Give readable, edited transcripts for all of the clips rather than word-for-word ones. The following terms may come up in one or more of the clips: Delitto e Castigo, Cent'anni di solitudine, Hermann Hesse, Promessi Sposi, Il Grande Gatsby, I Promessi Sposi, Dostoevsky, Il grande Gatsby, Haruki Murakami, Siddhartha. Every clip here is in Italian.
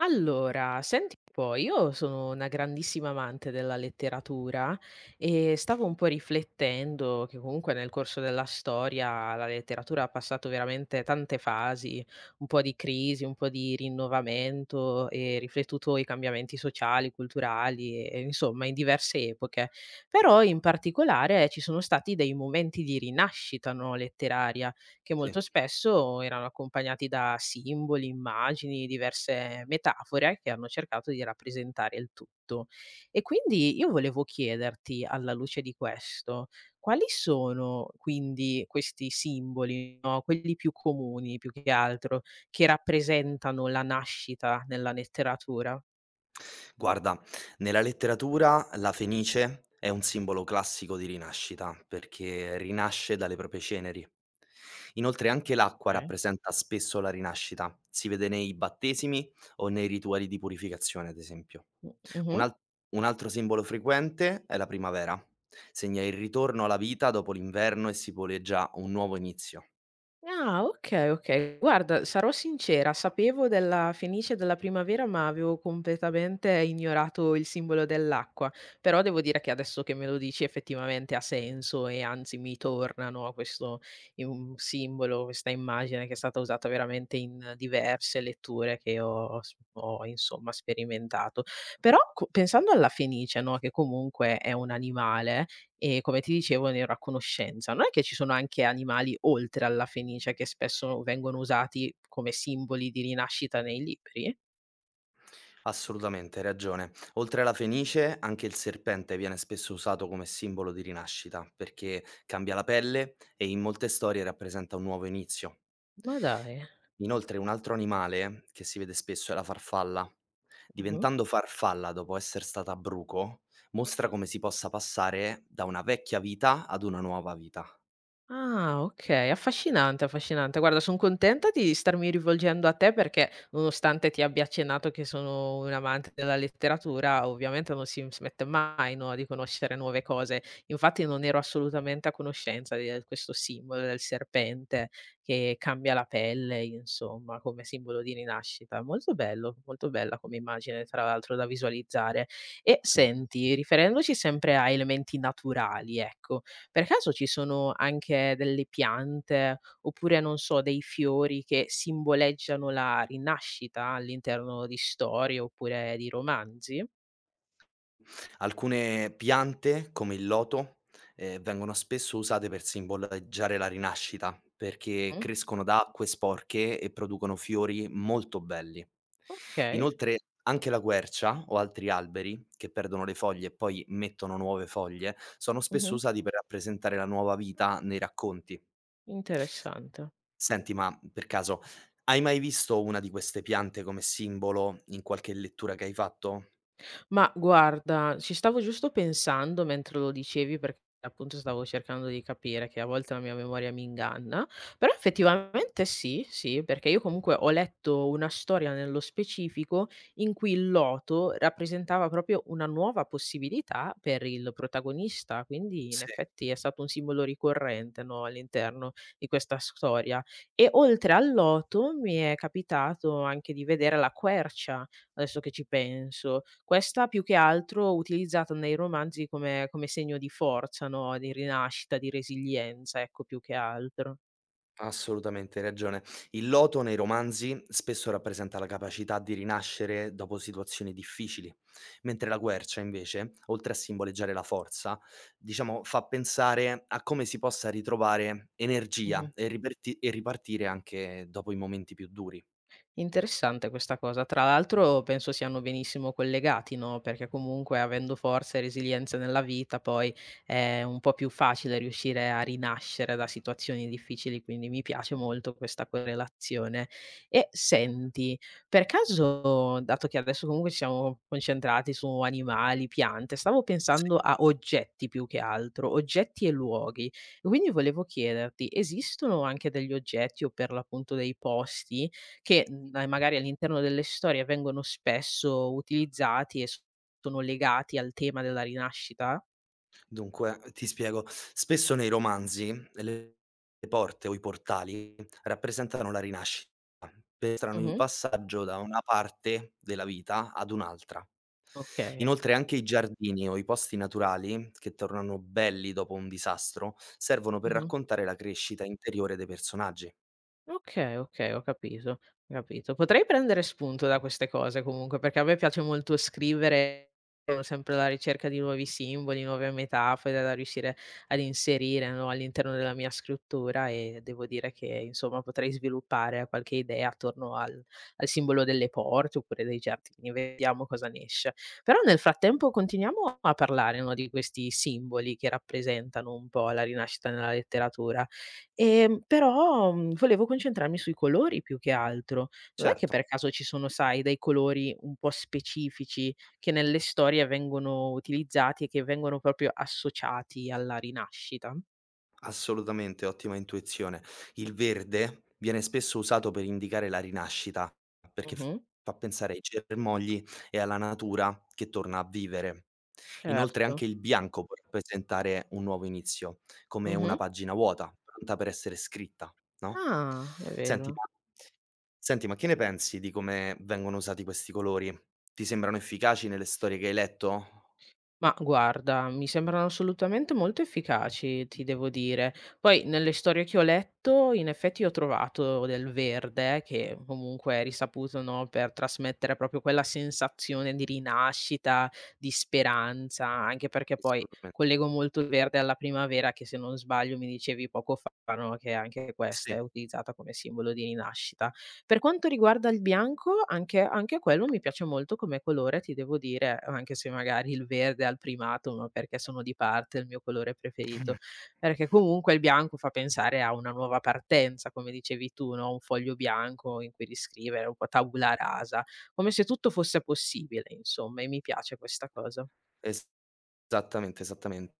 Allora, senti un po', io sono una grandissima amante della letteratura e stavo un po' riflettendo che comunque nel corso della storia la letteratura ha passato veramente tante fasi, un po' di crisi, un po' di rinnovamento e riflettuto i cambiamenti sociali, culturali e insomma in diverse epoche. Però in particolare ci sono stati dei momenti di rinascita, no, letteraria che Sì. molto spesso erano accompagnati da simboli, immagini, diverse metafore che hanno cercato di rappresentare il tutto. E quindi io volevo chiederti, alla luce di questo, quali sono quindi questi simboli, no, quelli più comuni più che altro, che rappresentano la nascita nella letteratura? Guarda, nella letteratura la fenice è un simbolo classico di rinascita, perché rinasce dalle proprie ceneri. Inoltre anche l'acqua Okay. rappresenta spesso la rinascita, si vede nei battesimi o nei rituali di purificazione, ad esempio. Mh, Un, mh-mh. al- un altro simbolo frequente è la primavera, segna il ritorno alla vita dopo l'inverno e simboleggia un nuovo inizio. Ah, okay, okay. Guarda, sarò sincera, sapevo della fenice della primavera, ma avevo completamente ignorato il simbolo dell'acqua. Però devo dire che adesso che me lo dici effettivamente ha senso e anzi mi torna, no, questo im simbolo, questa immagine che è stata usata veramente in diverse letture che ho insomma sperimentato. Però co pensando alla fenice, no, che comunque è un animale, e come ti dicevo ne ero a conoscenza. Non è che ci sono anche animali oltre alla fenice che spesso vengono usati come simboli di rinascita nei libri? Assolutamente, hai ragione. Oltre alla fenice, anche il serpente viene spesso usato come simbolo di rinascita, perché cambia la pelle e in molte storie rappresenta un nuovo inizio. Ma dai. Inoltre, un altro animale che si vede spesso è la farfalla. Mh-mh. Diventando farfalla dopo essere stata bruco, mostra come si possa passare da una vecchia vita ad una nuova vita. Ah, okay, affascinante, affascinante. Guarda, son contenta di starmi rivolgendo a te perché, nonostante ti abbia accennato che sono un amante della letteratura, ovviamente non si smette mai, no, di conoscere nuove cose. Infatti non ero assolutamente a conoscenza di questo simbolo del serpente che cambia la pelle, insomma, come simbolo di rinascita. Molto bello, molto bella come immagine, tra l'altro da visualizzare. E senti, riferendoci sempre a elementi naturali, ecco, per caso ci sono anche delle piante, oppure non so, dei fiori che simboleggiano la rinascita all'interno di storie oppure di romanzi? Alcune piante, come il loto, vengono spesso usate per simboleggiare la rinascita, perché Mh. crescono da acque sporche e producono fiori molto belli. Okay, Inoltre anche la quercia o altri alberi, che perdono le foglie e poi mettono nuove foglie, sono spesso mh-mh, usati per rappresentare la nuova vita nei racconti. interessante. Senti, ma per caso hai mai visto una di queste piante come simbolo in qualche lettura che hai fatto? Ma guarda, ci stavo giusto pensando mentre lo dicevi, perché appunto stavo cercando di capire che a volte la mia memoria mi inganna, però effettivamente sì, sì, perché io comunque ho letto una storia nello specifico in cui il loto rappresentava proprio una nuova possibilità per il protagonista, quindi in Sì. effetti è stato un simbolo ricorrente, no, all'interno di questa storia. E oltre al loto mi è capitato anche di vedere la quercia adesso che ci penso. Questa più che altro utilizzata nei romanzi come segno di forza, no, di rinascita, di resilienza, ecco, più che altro. Assolutamente, hai ragione. Il loto nei romanzi spesso rappresenta la capacità di rinascere dopo situazioni difficili, mentre la quercia invece, oltre a simboleggiare la forza, diciamo fa pensare a come si possa ritrovare energia e e ripartire anche dopo i momenti più duri. Interessante questa cosa. Tra l'altro penso siano benissimo collegati, no, perché comunque avendo forza e resilienza nella vita poi è un po' più facile riuscire a rinascere da situazioni difficili, quindi mi piace molto questa correlazione. E senti, per caso, dato che adesso comunque ci siamo concentrati su animali, piante, stavo Sì. pensando a oggetti più che altro, oggetti e luoghi. Quindi volevo chiederti, esistono anche degli oggetti o per l'appunto dei posti? Che dai magari all'interno delle storie vengono spesso utilizzati e sono legati al tema della rinascita? Dunque, ti spiego, spesso nei romanzi le porte o i portali rappresentano la rinascita, mostrano il Mh-mh. passaggio da una parte della vita ad un'altra. Okay. Inoltre anche i giardini o i posti naturali, che tornano belli dopo un disastro, servono per Mh-mh. raccontare la crescita interiore dei personaggi. Okay, okay, ho capito, ho capito. Potrei prendere spunto da queste cose comunque, perché a me piace molto scrivere, sono sempre alla ricerca di nuovi simboli, nuove metafore da riuscire ad inserire, no, all'interno della mia scrittura e devo dire che, insomma, potrei sviluppare qualche idea attorno al simbolo delle porte oppure dei giardini, vediamo cosa ne esce. Però nel frattempo continuiamo a parlare, no, di questi simboli che rappresentano un po' la rinascita nella letteratura. Però volevo concentrarmi sui colori più che altro. Non è che Certo. per caso ci sono, sai, dei colori un po' specifici che nelle storie vengono utilizzati e che vengono proprio associati alla rinascita? Assolutamente, ottima intuizione. Il verde viene spesso usato per indicare la rinascita, perché Mh-mh. fa pensare ai germogli e alla natura che torna a vivere. Inoltre Certo. anche il bianco può rappresentare un nuovo inizio, come Mh-mh. una pagina vuota, pronta per essere scritta, no? Ah, è Senti, vero. ma, senti, ma che ne pensi di come vengono usati questi colori? Ti sembrano efficaci nelle storie che hai letto? Ma guarda, mi sembrano assolutamente molto efficaci, ti devo dire. Poi nelle storie che ho letto, in effetti ho trovato del verde, che comunque è risaputo, no, per trasmettere proprio quella sensazione di rinascita, di speranza, anche perché poi Assolutamente. collego molto il verde alla primavera, che se non sbaglio mi dicevi poco fa, no, che anche questa Sì. è utilizzata come simbolo di rinascita. Per quanto riguarda il bianco, anche quello mi piace molto come colore, ti devo dire, anche se magari il verde ha il primato, ma perché sono di parte, è il mio colore preferito. Perché comunque il bianco fa pensare a una nuova partenza, come dicevi tu, no, un foglio bianco in cui riscrivere, un po' tabula rasa, come se tutto fosse possibile insomma e mi piace questa cosa. Es esattamente, esattamente.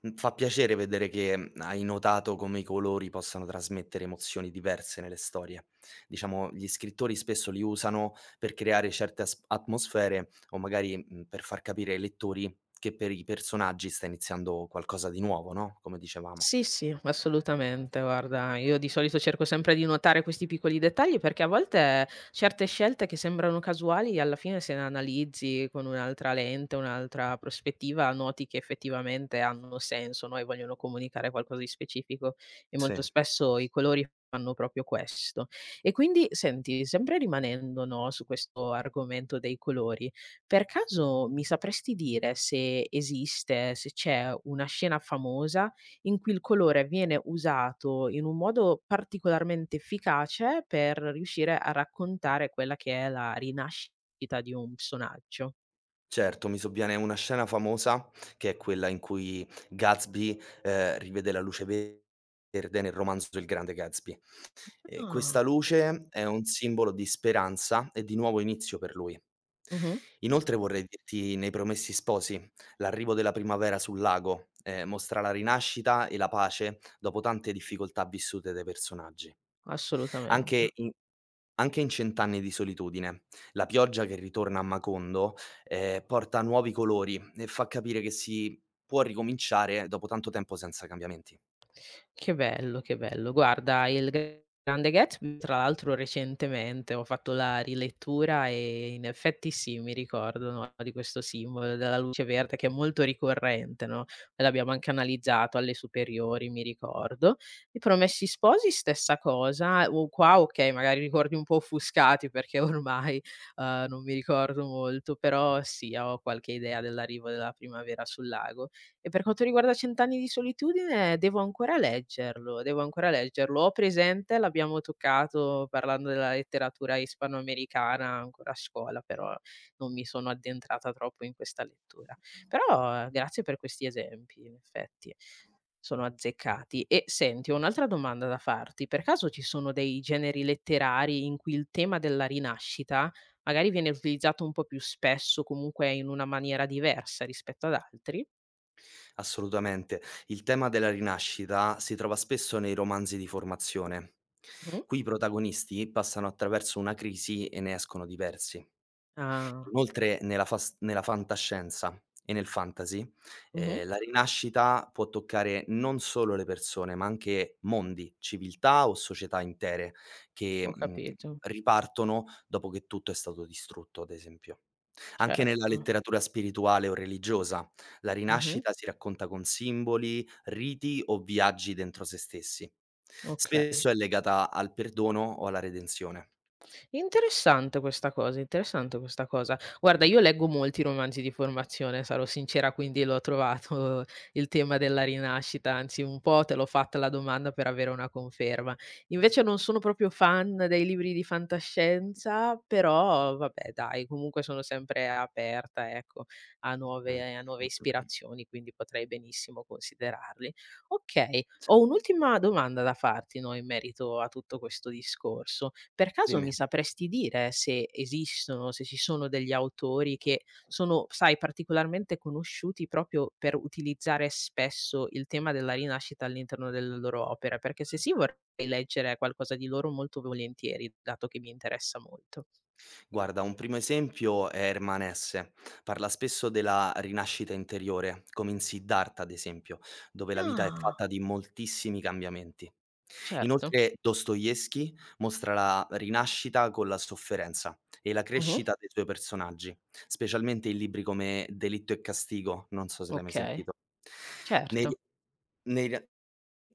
Fa piacere vedere che, hai notato come i colori possano trasmettere emozioni diverse nelle storie. Diciamo, gli scrittori spesso li usano per creare certe as atmosfere o magari, per far capire ai lettori che per i personaggi sta iniziando qualcosa di nuovo, no, come dicevamo. Sì, sì, assolutamente. Guarda, io di solito cerco sempre di notare questi piccoli dettagli perché a volte certe scelte che sembrano casuali, alla fine se le analizzi con un'altra lente, un'altra prospettiva, noti che effettivamente hanno senso, no, e vogliono comunicare qualcosa di specifico e molto Sì. spesso i colori fanno proprio questo. E quindi senti, sempre rimanendo, no, su questo argomento dei colori, per caso mi sapresti dire se esiste, se c'è una scena famosa in cui il colore viene usato in un modo particolarmente efficace per riuscire a raccontare quella che è la rinascita di un personaggio. Certo, mi sovviene una scena famosa, che è quella in cui Gatsby, rivede la luce verde nel romanzo Il grande Gatsby. E questa Ah. luce è un simbolo di speranza e di nuovo inizio per lui. Mh-mh, Inoltre vorrei dirti nei Promessi Sposi, l'arrivo della primavera sul lago, mostra la rinascita e la pace dopo tante difficoltà vissute dai personaggi. assolutamente. Anche in anche in "Cent'anni di solitudine", la pioggia che ritorna a Macondo, porta nuovi colori e fa capire che si può ricominciare dopo tanto tempo senza cambiamenti. Che bello, che bello. Guarda, il Grande Gatsby tra l'altro recentemente ho fatto la rilettura e in effetti sì, mi ricordo, no, di questo simbolo della luce verde che è molto ricorrente, no, e l'abbiamo anche analizzato alle superiori, mi ricordo. I Promessi Sposi stessa cosa, o qua okay, magari ricordi un po' offuscati perché ormai, non mi ricordo molto, però sì, ho qualche idea dell'arrivo della primavera sul lago. E per quanto riguarda Cent'anni di solitudine, devo ancora leggerlo, devo ancora leggerlo. Ho presente, l'abbiamo toccato parlando della letteratura ispanoamericana ancora a scuola, però non mi sono addentrata troppo in questa lettura. Però grazie per questi esempi, in effetti sono azzeccati. E senti, ho un'altra domanda da farti. Per caso ci sono dei generi letterari in cui il tema della rinascita magari viene utilizzato un po' più spesso, comunque in una maniera diversa rispetto ad altri? Assolutamente. Il tema della rinascita si trova spesso nei romanzi di formazione. Mh-mh. Qui i protagonisti passano attraverso una crisi e ne escono diversi. Ah, Inoltre nella fantascienza e nel fantasy, Mh-mh. La rinascita può toccare non solo le persone, ma anche mondi, civiltà o società intere che, Ho capito, ripartono dopo che tutto è stato distrutto, ad esempio. Anche nella certo. letteratura spirituale o religiosa, la Mh-mh. rinascita si racconta con simboli, riti o viaggi dentro se stessi. Okay. Spesso è legata al perdono o alla redenzione. Interessante questa cosa, interessante questa cosa. Guarda, io leggo molti romanzi di formazione, sarò sincera, quindi l'ho trovato il tema della rinascita, anzi un po' te l'ho fatta la domanda per avere una conferma. Invece non sono proprio fan dei libri di fantascienza, però vabbè dai, comunque sono sempre aperta, ecco, a nuove Mh, a nuove mh, mh, mh. ispirazioni, quindi potrei benissimo considerarli. Okay. Sì, Ho un'ultima domanda da farti, no, in merito a tutto questo discorso. Per caso mi dimmi. sapresti dire se esistono, se ci sono degli autori che sono, sai, particolarmente conosciuti proprio per utilizzare spesso il tema della rinascita all'interno delle loro opere? Perché se sì, vorrei leggere qualcosa di loro molto volentieri, dato che mi interessa molto. Guarda, un primo esempio è Hermann Hesse. Parla spesso della rinascita interiore, come in Siddhartha, ad esempio, dove la vita è Ah, fatta di moltissimi cambiamenti. certo. Inoltre, Dostoevsky mostra la rinascita con la sofferenza e la Mh-mh. crescita dei suoi personaggi, specialmente in libri come Delitto e Castigo, non so se l'hai mai Okay, sentito. Nei certo. nei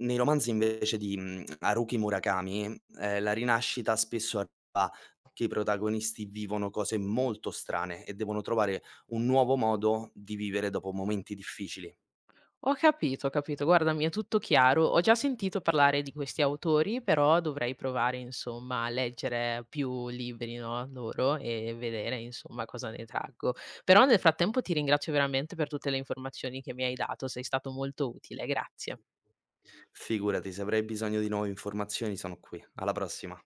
nei romanzi invece di, Haruki Murakami, la rinascita spesso arriva che i protagonisti vivono cose molto strane e devono trovare un nuovo modo di vivere dopo momenti difficili. Ho capito, ho capito. Guarda, mi è tutto chiaro. Ho già sentito parlare di questi autori, però dovrei provare, insomma, a leggere più libri, no, loro e vedere, insomma, cosa ne traggo. Però nel frattempo ti ringrazio veramente per tutte le informazioni che mi hai dato, sei stato molto utile, grazie. Figurati, se avrai bisogno di nuove informazioni sono qui. Alla prossima.